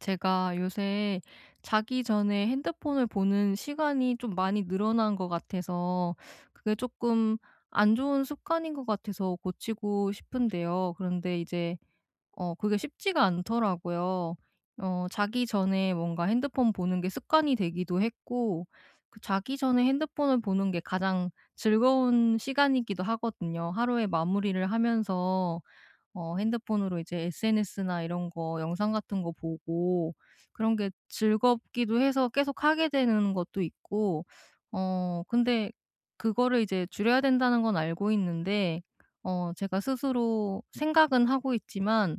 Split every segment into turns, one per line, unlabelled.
제가 요새 자기 전에 핸드폰을 보는 시간이 좀 많이 늘어난 것 같아서, 그게 조금 안 좋은 습관인 것 같아서 고치고 싶은데요. 그런데 이제 그게 쉽지가 않더라고요. 자기 전에 뭔가 핸드폰 보는 게 습관이 되기도 했고, 그 자기 전에 핸드폰을 보는 게 가장 즐거운 시간이기도 하거든요. 하루의 마무리를 하면서 핸드폰으로 이제 SNS나 이런 거 영상 같은 거 보고, 그런 게 즐겁기도 해서 계속 하게 되는 것도 있고. 근데 그거를 이제 줄여야 된다는 건 알고 있는데, 제가 스스로 생각은 하고 있지만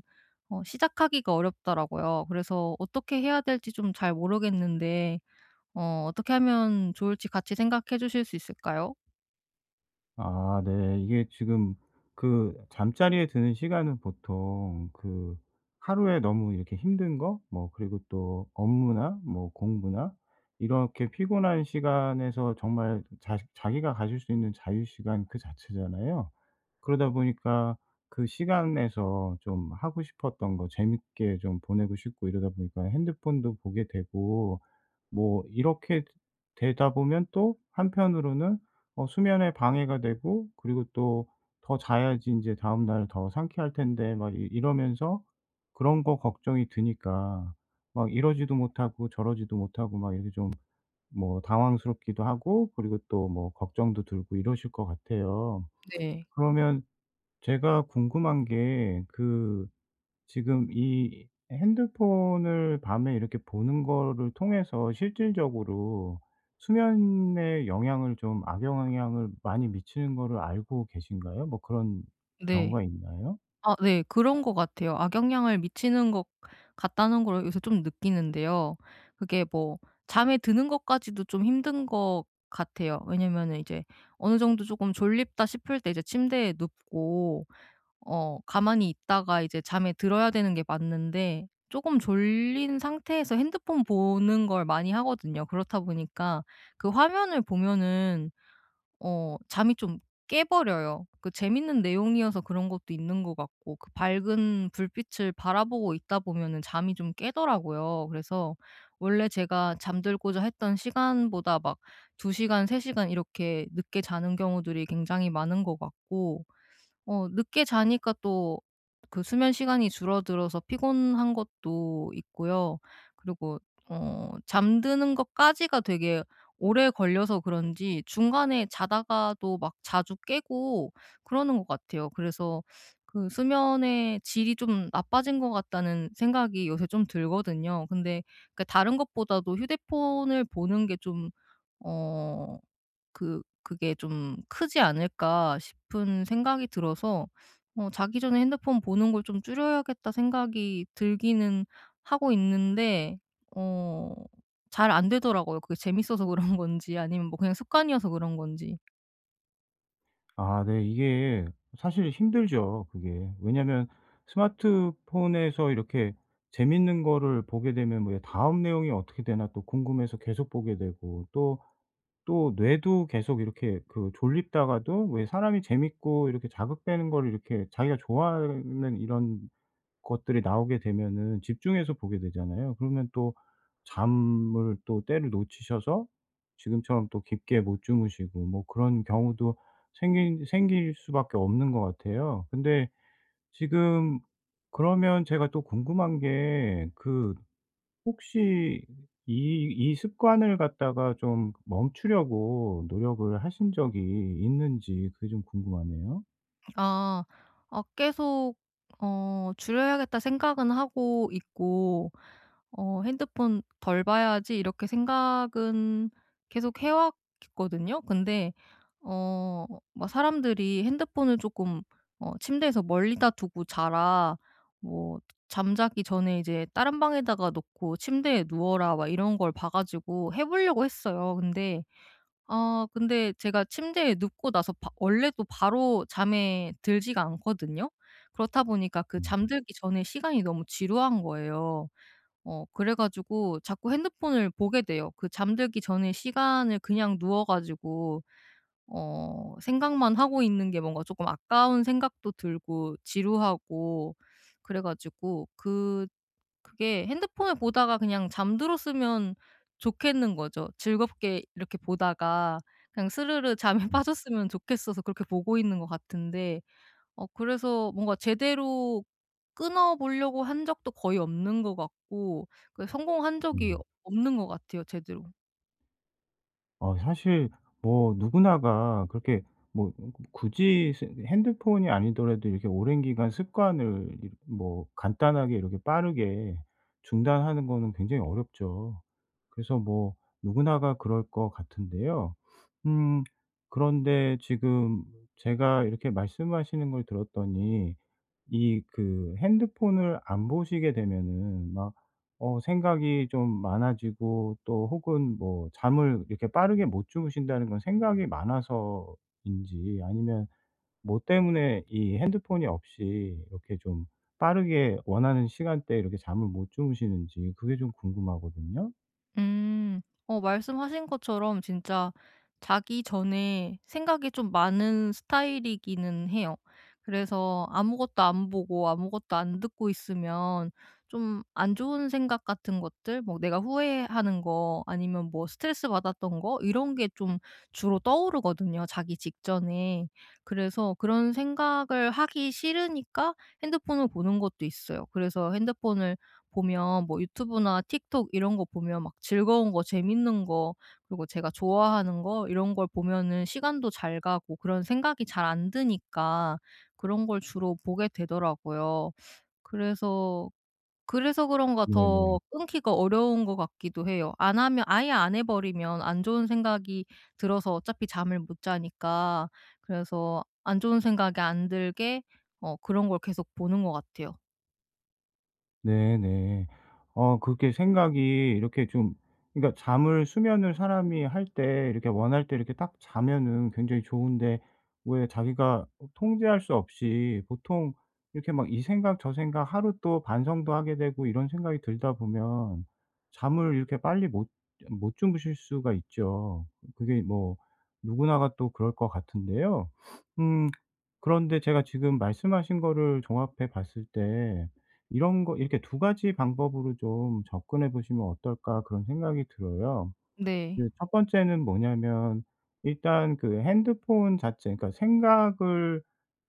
시작하기가 어렵더라고요. 그래서 어떻게 해야 될지 좀 잘 모르겠는데, 어떻게 하면 좋을지 같이 생각해 주실 수 있을까요?
아 네. 이게 지금 그 잠자리에 드는 시간은 보통 그 하루에 너무 이렇게 힘든 거, 뭐 그리고 또 업무나 뭐 공부나 이렇게 피곤한 시간에서 정말 자 자기가 가질 수 있는 자유 시간 그 자체잖아요. 그러다 보니까 그 시간에서 좀 하고 싶었던 거 재밌게 좀 보내고 싶고, 이러다 보니까 핸드폰도 보게 되고 뭐 이렇게 되다 보면 또 한편으로는 수면에 방해가 되고, 그리고 또 '더 자야지, 이제 다음날 더 상쾌할 텐데.' 막 이 이러면서 그런 거 걱정이 드니까 막 이러지도 못하고 저러지도 못하고, 막 이렇게 좀 뭐 당황스럽기도 하고 그리고 또 뭐 걱정도 들고 이러실 것 같아요.
네.
그러면 제가 궁금한 게 그, 지금 이 핸드폰을 밤에 이렇게 보는 거를 통해서 실질적으로 수면에 영향을 좀, 악영향을 많이 미치는 거를 알고 계신가요? 뭐 그런
네.
경우가 있나요?
아, 네. 그런 것 같아요. 악영향을 미치는 것 같다는 걸 요새 좀 느끼는데요. 그게 뭐 잠에 드는 것까지도 좀 힘든 것 같아요. 왜냐면은 이제 어느 정도 쪼끔 졸립다 싶을 때 이제 침대에 눕고, 가만히 있다가 이제 잠에 들어야 되는 게 맞는데, 쪼금 졸린 상태에서 핸드폰 보는 걸 많이 하거든요. 그렇다 보니까 그 화면을 보면은 잠이 좀 깨버려요. 그 재밌는 내용이어서 그런 것도 있는 것 같고, 그 밝은 불빛을 바라보고 있다 보면은 잠이 좀 깨더라고요. 그래서 원래 제가 잠들고자 했던 시간보다 막 2 시간, 3 시간 이렇게 늦게 자는 경우들이 굉장히 많은 것 같고, 늦게 자니까 또 그 수면 시간이 줄어들어서 피곤한 것도 있고요. 그리고 잠드는 것까지가 되게 오래 걸려서 그런지 중간에 자다가도 막 자주 깨고 그러는 것 같아요. 그래서 그 '수면의 질이 좀 나빠진 것 같다.'는 생각이 요새 좀 들거든요. 근데 그 다른 것보다도 휴대폰을 보는 게좀어 그게 좀 크지 않을까 싶은 생각이 들어서 '자기 전에 핸드폰 보는 걸 좀 줄여야겠다.' 생각이 들기는 하고 있는데, 어 잘 안 되더라고요. 그게 재밌어서 그런 건지, 아니면 뭐 그냥 습관이어서 그런 건지.
아 네. 이게 사실 힘들죠, 그게. 왜냐면 스마트폰에서 이렇게 재밌는 거를 보게 되면 뭐 '다음 내용이 어떻게 되나.' 또 궁금해서 계속 보게 되고, 또 뇌도 계속 이렇게 그 졸립다가도, 왜 사람이 재밌고 이렇게 자극되는 걸, 이렇게 자기가 좋아하는 이런 것들이 나오게 되면은 집중해서 보게 되잖아요. 그러면 또 잠을, 또 때를 놓치셔서 지금처럼 또 깊게 못 주무시고 뭐 그런 경우도 생긴 생길 수밖에 없는 것 같아요. 근데 지금, 그러면 제가 또 궁금한 게그 혹시 이 습관을 갖다가 좀 멈추려고 노력을 하신 적이 있는지, 그게 좀 궁금하네요.
아 아. 계속 '줄여야겠다.' 생각은 하고 있고, '핸드폰 덜 봐야지.' 이렇게 생각은 계속 해 왔거든요. 근데 어 막 사람들이 "핸드폰을 조금 침대에서 멀리다 두고 자라." 뭐 "잠자기 전에 이제 다른 방에다가 놓고 침대에 누워라." 막 이런 걸 봐 가지고 해 보려고 했어요. 근데 아, 근데 제가 침대에 눕고 나서 바 원래도 바로 잠에 들지가 않거든요. 그렇다 보니까 그
음.
잠들기 전에 시간이 너무 지루한 거예요. 그래 가지고 자꾸 핸드폰을 보게 돼요. 그 잠들기 전에 시간을 그냥 누워 가지고 생각만 하고 있는 게 뭔가 조금 아까운 생각도 들고 지루하고, 그래 가지고 그게 핸드폰을 보다가 그냥 잠들었으면 좋겠는 거죠. 즐겁게 이렇게 보다가 그냥 스르르 잠에
음.
빠졌으면 좋겠어서 그렇게 보고 있는 것 같은데, 그래서 뭔가 제대로 끊어 보려고 한 적도 거의 없는 것 같고, 그 성공한 적이
음.
없는 것 같아요, 제대로.
사실 뭐 누구나가 그렇게, 뭐 굳이 스 핸드폰이 아니더라도 이렇게 오랜 기간 습관을 이 뭐 간단하게 이렇게 빠르게 중단하는 거는 굉장히 어렵죠. 그래서 뭐 누구나가 그럴 것 같은데요. 음 그런데 지금 제가 이렇게 말씀하시는 걸 들었더니, 이 그 핸드폰을 안 보시게 되면은 막 생각이 좀 많아지고, 또 혹은 뭐 잠을 이렇게 빠르게 못 주무신다는 건 생각이 많아서인지 아니면 뭐 때문에 이 핸드폰이 없이 이렇게 좀 빠르게 원하는 시간대에 이렇게 잠을 못 주무시는지, 그게 좀 궁금하거든요.
음. 말씀하신 것처럼 진짜 자기 전에 생각이 좀 많은 스타일이기는 해요. 그래서 아무것도 안 보고 아무것도 안 듣고 있으면 좀 안 좋은 생각 같은 것들, 뭐 내가 후회하는 거 아니면 뭐 스트레스 받았던 거, 이런 게 좀 주로 떠오르거든요, 자기 직전에. 그래서 그런 생각을 하기 싫으니까 핸드폰을 보는 것도 있어요. 그래서 핸드폰을 보면 뭐 유튜브나 틱톡 이런 거 보면 막 즐거운 거, 재밌는 거, 그리고 제가 좋아하는 거, 이런 걸 보면은 시간도 잘 가고 그런 생각이 잘 안 드니까 그런 걸 주로 보게 되더라고요. 그래서 그래서 그런가
네네.
더 끊기가 어려운 것 같기도 해요. 안 하면, 아예 안 해 버리면 안 좋은 생각이 들어서 어차피 잠을 못 자니까, 그래서 안 좋은 생각이 안 들게 그런 걸 계속 보는 것 같아요.
네네. 그렇게 생각이 이렇게 좀, 그러니까 잠을, 수면을 사람이 할 때 이렇게 원할 때 이렇게 딱 자면은 굉장히 좋은데, 왜 자기가 통제할 수 없이 보통 이렇게 막 이 생각 저 생각, 하루 또 반성도 하게 되고 이런 생각이 들다 보면 잠을 이렇게 빨리 못 주무실 수가 있죠. 그게 뭐 누구나가 또 그럴 것 같은데요. 음. 그런데 제가 지금 말씀하신 거를 종합해 봤을 때 이런 거, 이렇게 두 가지 방법으로 좀 접근해 보시면 어떨까, 그런 생각이 들어요.
네.
그 첫 번째는 뭐냐면, 일단 그 핸드폰 자체, 그러니까 생각을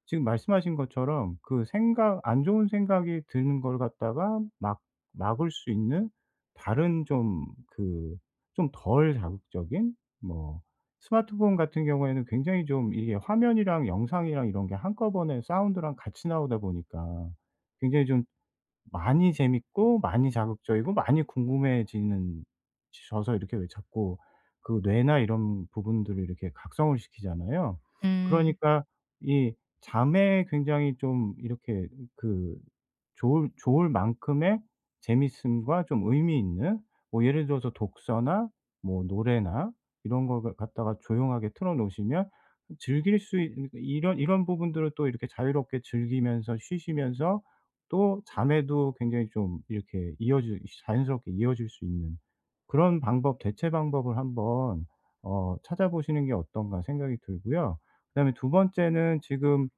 지금 말씀하신 것처럼 그 생각, 안 좋은 생각이 드는 걸 갖다가 막 막을 수 있는 다른 좀 그, 좀 덜 자극적인. 뭐 스마트폰 같은 경우에는 굉장히 좀 이게 화면이랑 영상이랑 이런 게 한꺼번에 사운드랑 같이 나오다 보니까 굉장히 좀 많이 재밌고 많이 자극적이고 많이 궁금해지는, 져서 이렇게 왜 자꾸 그 뇌나 이런 부분들을 이렇게 각성을 시키잖아요.
음.
그러니까 이 잠에 굉장히 좀 이렇게 그 좋을 만큼의 재밌음과 좀 의미 있는, 뭐 예를 들어서 독서나 뭐 노래나 이런 걸 갖다가 조용하게 틀어 놓으시면, 즐길 수 있 이런 부분들을 또 이렇게 자유롭게 즐기면서, 쉬시면서, 또 잠에도 굉장히 좀 이렇게 이어질 자연스럽게 이어질 수 있는 그런 방법, 대체 방법을 한번 찾아보시는 게 어떤가, 생각이 들고요. 그다음에 두 번째는, 지금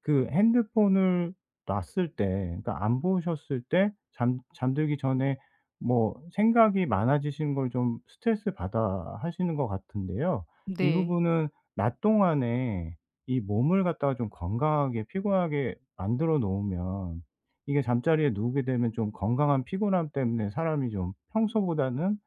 그 핸드폰을 놨을 때, 그러니까 안 보셨을 때 잠 잠들기 전에 뭐 생각이 많아지시는 걸 좀 스트레스받아 하시는 것 같은데요. 이
네.
부분은 낮 동안에 이 몸을 갖다가 좀 건강하게, 피곤하게 만들어 놓으면 이게 잠자리에 누우게 되면 좀 건강한 피곤함 때문에 사람이 좀 평소보다는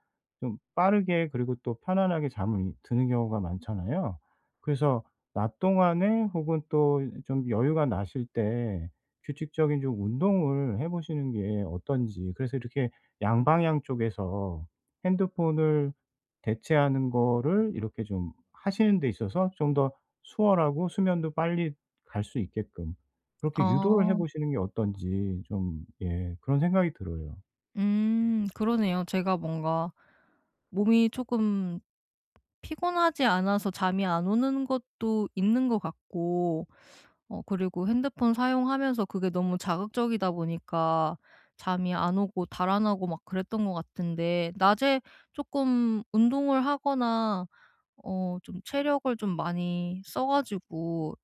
좀 빠르게, 그리고 또 편안하게 잠이 드는 경우가 많잖아요. 그래서 낮 동안에 혹은 또 좀 여유가 나실 때 규칙적인 좀 운동을 해 보시는 게 어떤지. 그래서 이렇게 양방향 쪽에서 핸드폰을 대체하는 거를 이렇게 좀 하시는 데 있어서 좀 더 수월하고 수면도 빨리 갈 수 있게끔 그렇게 유도를 해
아.
보시는 게 어떤지, 좀 예 그런 생각이 들어요.
그러네요. 제가 뭔가 몸이 쪼끔 피곤하지 않아서 잠이 안 오는 것도 있는 것 같고, 그리고 핸드폰 사용하면서 그게 너무 자극적이다 보니까 잠이 안 오고 달아나고 막 그랬던 것 같은데, 낮에 쪼끔 운동을 하거나 좀 체력을 좀 많이 써 가지고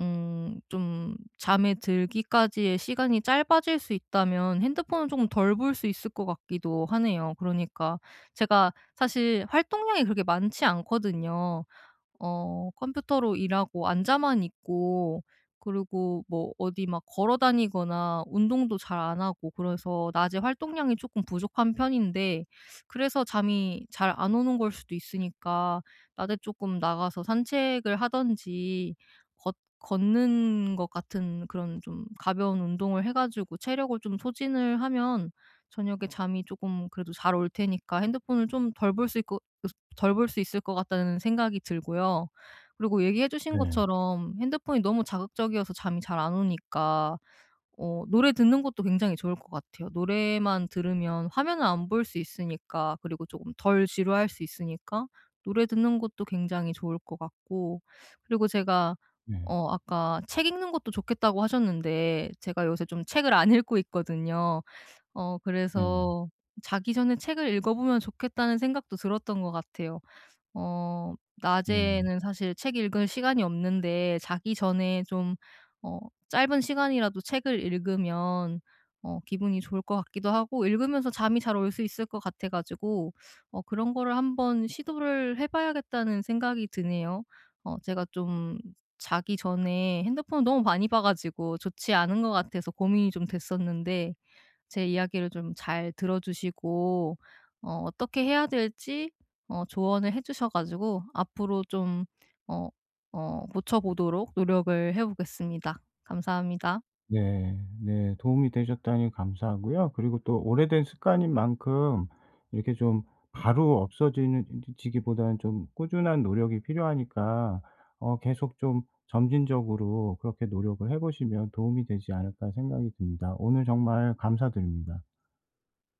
음 좀 잠에 들기까지의 시간이 짧아질 수 있다면 핸드폰을 조금 덜 볼 수 있을 것 같기도 하네요. 그러니까 제가 사실 활동량이 그렇게 많지 않거든요. 컴퓨터로 일하고 앉아만 있고, 그리고 뭐 어디 막 걸어 다니거나 운동도 잘 안 하고, 그래서 낮에 활동량이 조금 부족한 편인데, 그래서 잠이 잘 안 오는 걸 수도 있으니까 낮에 조금 나가서 산책을 하든지 걷 걷는 것 같은 그런 좀 가벼운 운동을 해 가지고 체력을 좀 소진을 하면 저녁에 잠이 조금 그래도 잘 올 테니까, 핸드폰을 좀 덜 볼 수 있고, 덜 볼 수 있을 것 같다는 생각이 들고요. 그리고 얘기해 주신
네.
것처럼 핸드폰이 너무 자극적이어서 잠이 잘 안 오니까 노래 듣는 것도 굉장히 좋을 것 같아요. 노래만 들으면 화면을 안 볼 수 있으니까, 그리고 조금 덜 지루할 수 있으니까 노래 듣는 것도 굉장히 좋을 것 같고. 그리고 제가
네.
아까 책 읽는 것도 좋겠다고 하셨는데, 제가 요새 좀 책을 안 읽고 있거든요.
네네.
그래서 '자기 전에 책을 읽어 보면 좋겠다.'는 생각도 들었던 것 같아요. 어
네네.
낮에는 사실 책 읽을 시간이 없는데, 자기 전에 좀 어 짧은 시간이라도 책을 읽으면 기분이 좋을 것 같기도 하고 읽으면서 잠이 잘 올 수 있을 것 같아 가지고 그런 거를 한번 시도를 해 봐야겠다는 생각이 드네요. 제가 좀 자기 전에 핸드폰을 너무 많이 봐 가지고 좋지 않은 것 같아서 고민이 좀 됐었는데, 제 이야기를 좀 잘 들어주시고 어떻게 해야 될지 조언을 해주셔 가지고 앞으로 좀 어, 고쳐보도록 노력을 해보겠습니다. 감사합니다.
네. 네. 도움이 되셨다니 감사하고요. 그리고 또 오래된 습관인 만큼 이렇게 좀 바로 없어지는 지기보다는 좀 꾸준한 노력이 필요하니까 계속 좀 점진적으로 그렇게 노력을 해 보시면 도움이 되지 않을까 생각이 듭니다. 오늘 정말 감사드립니다.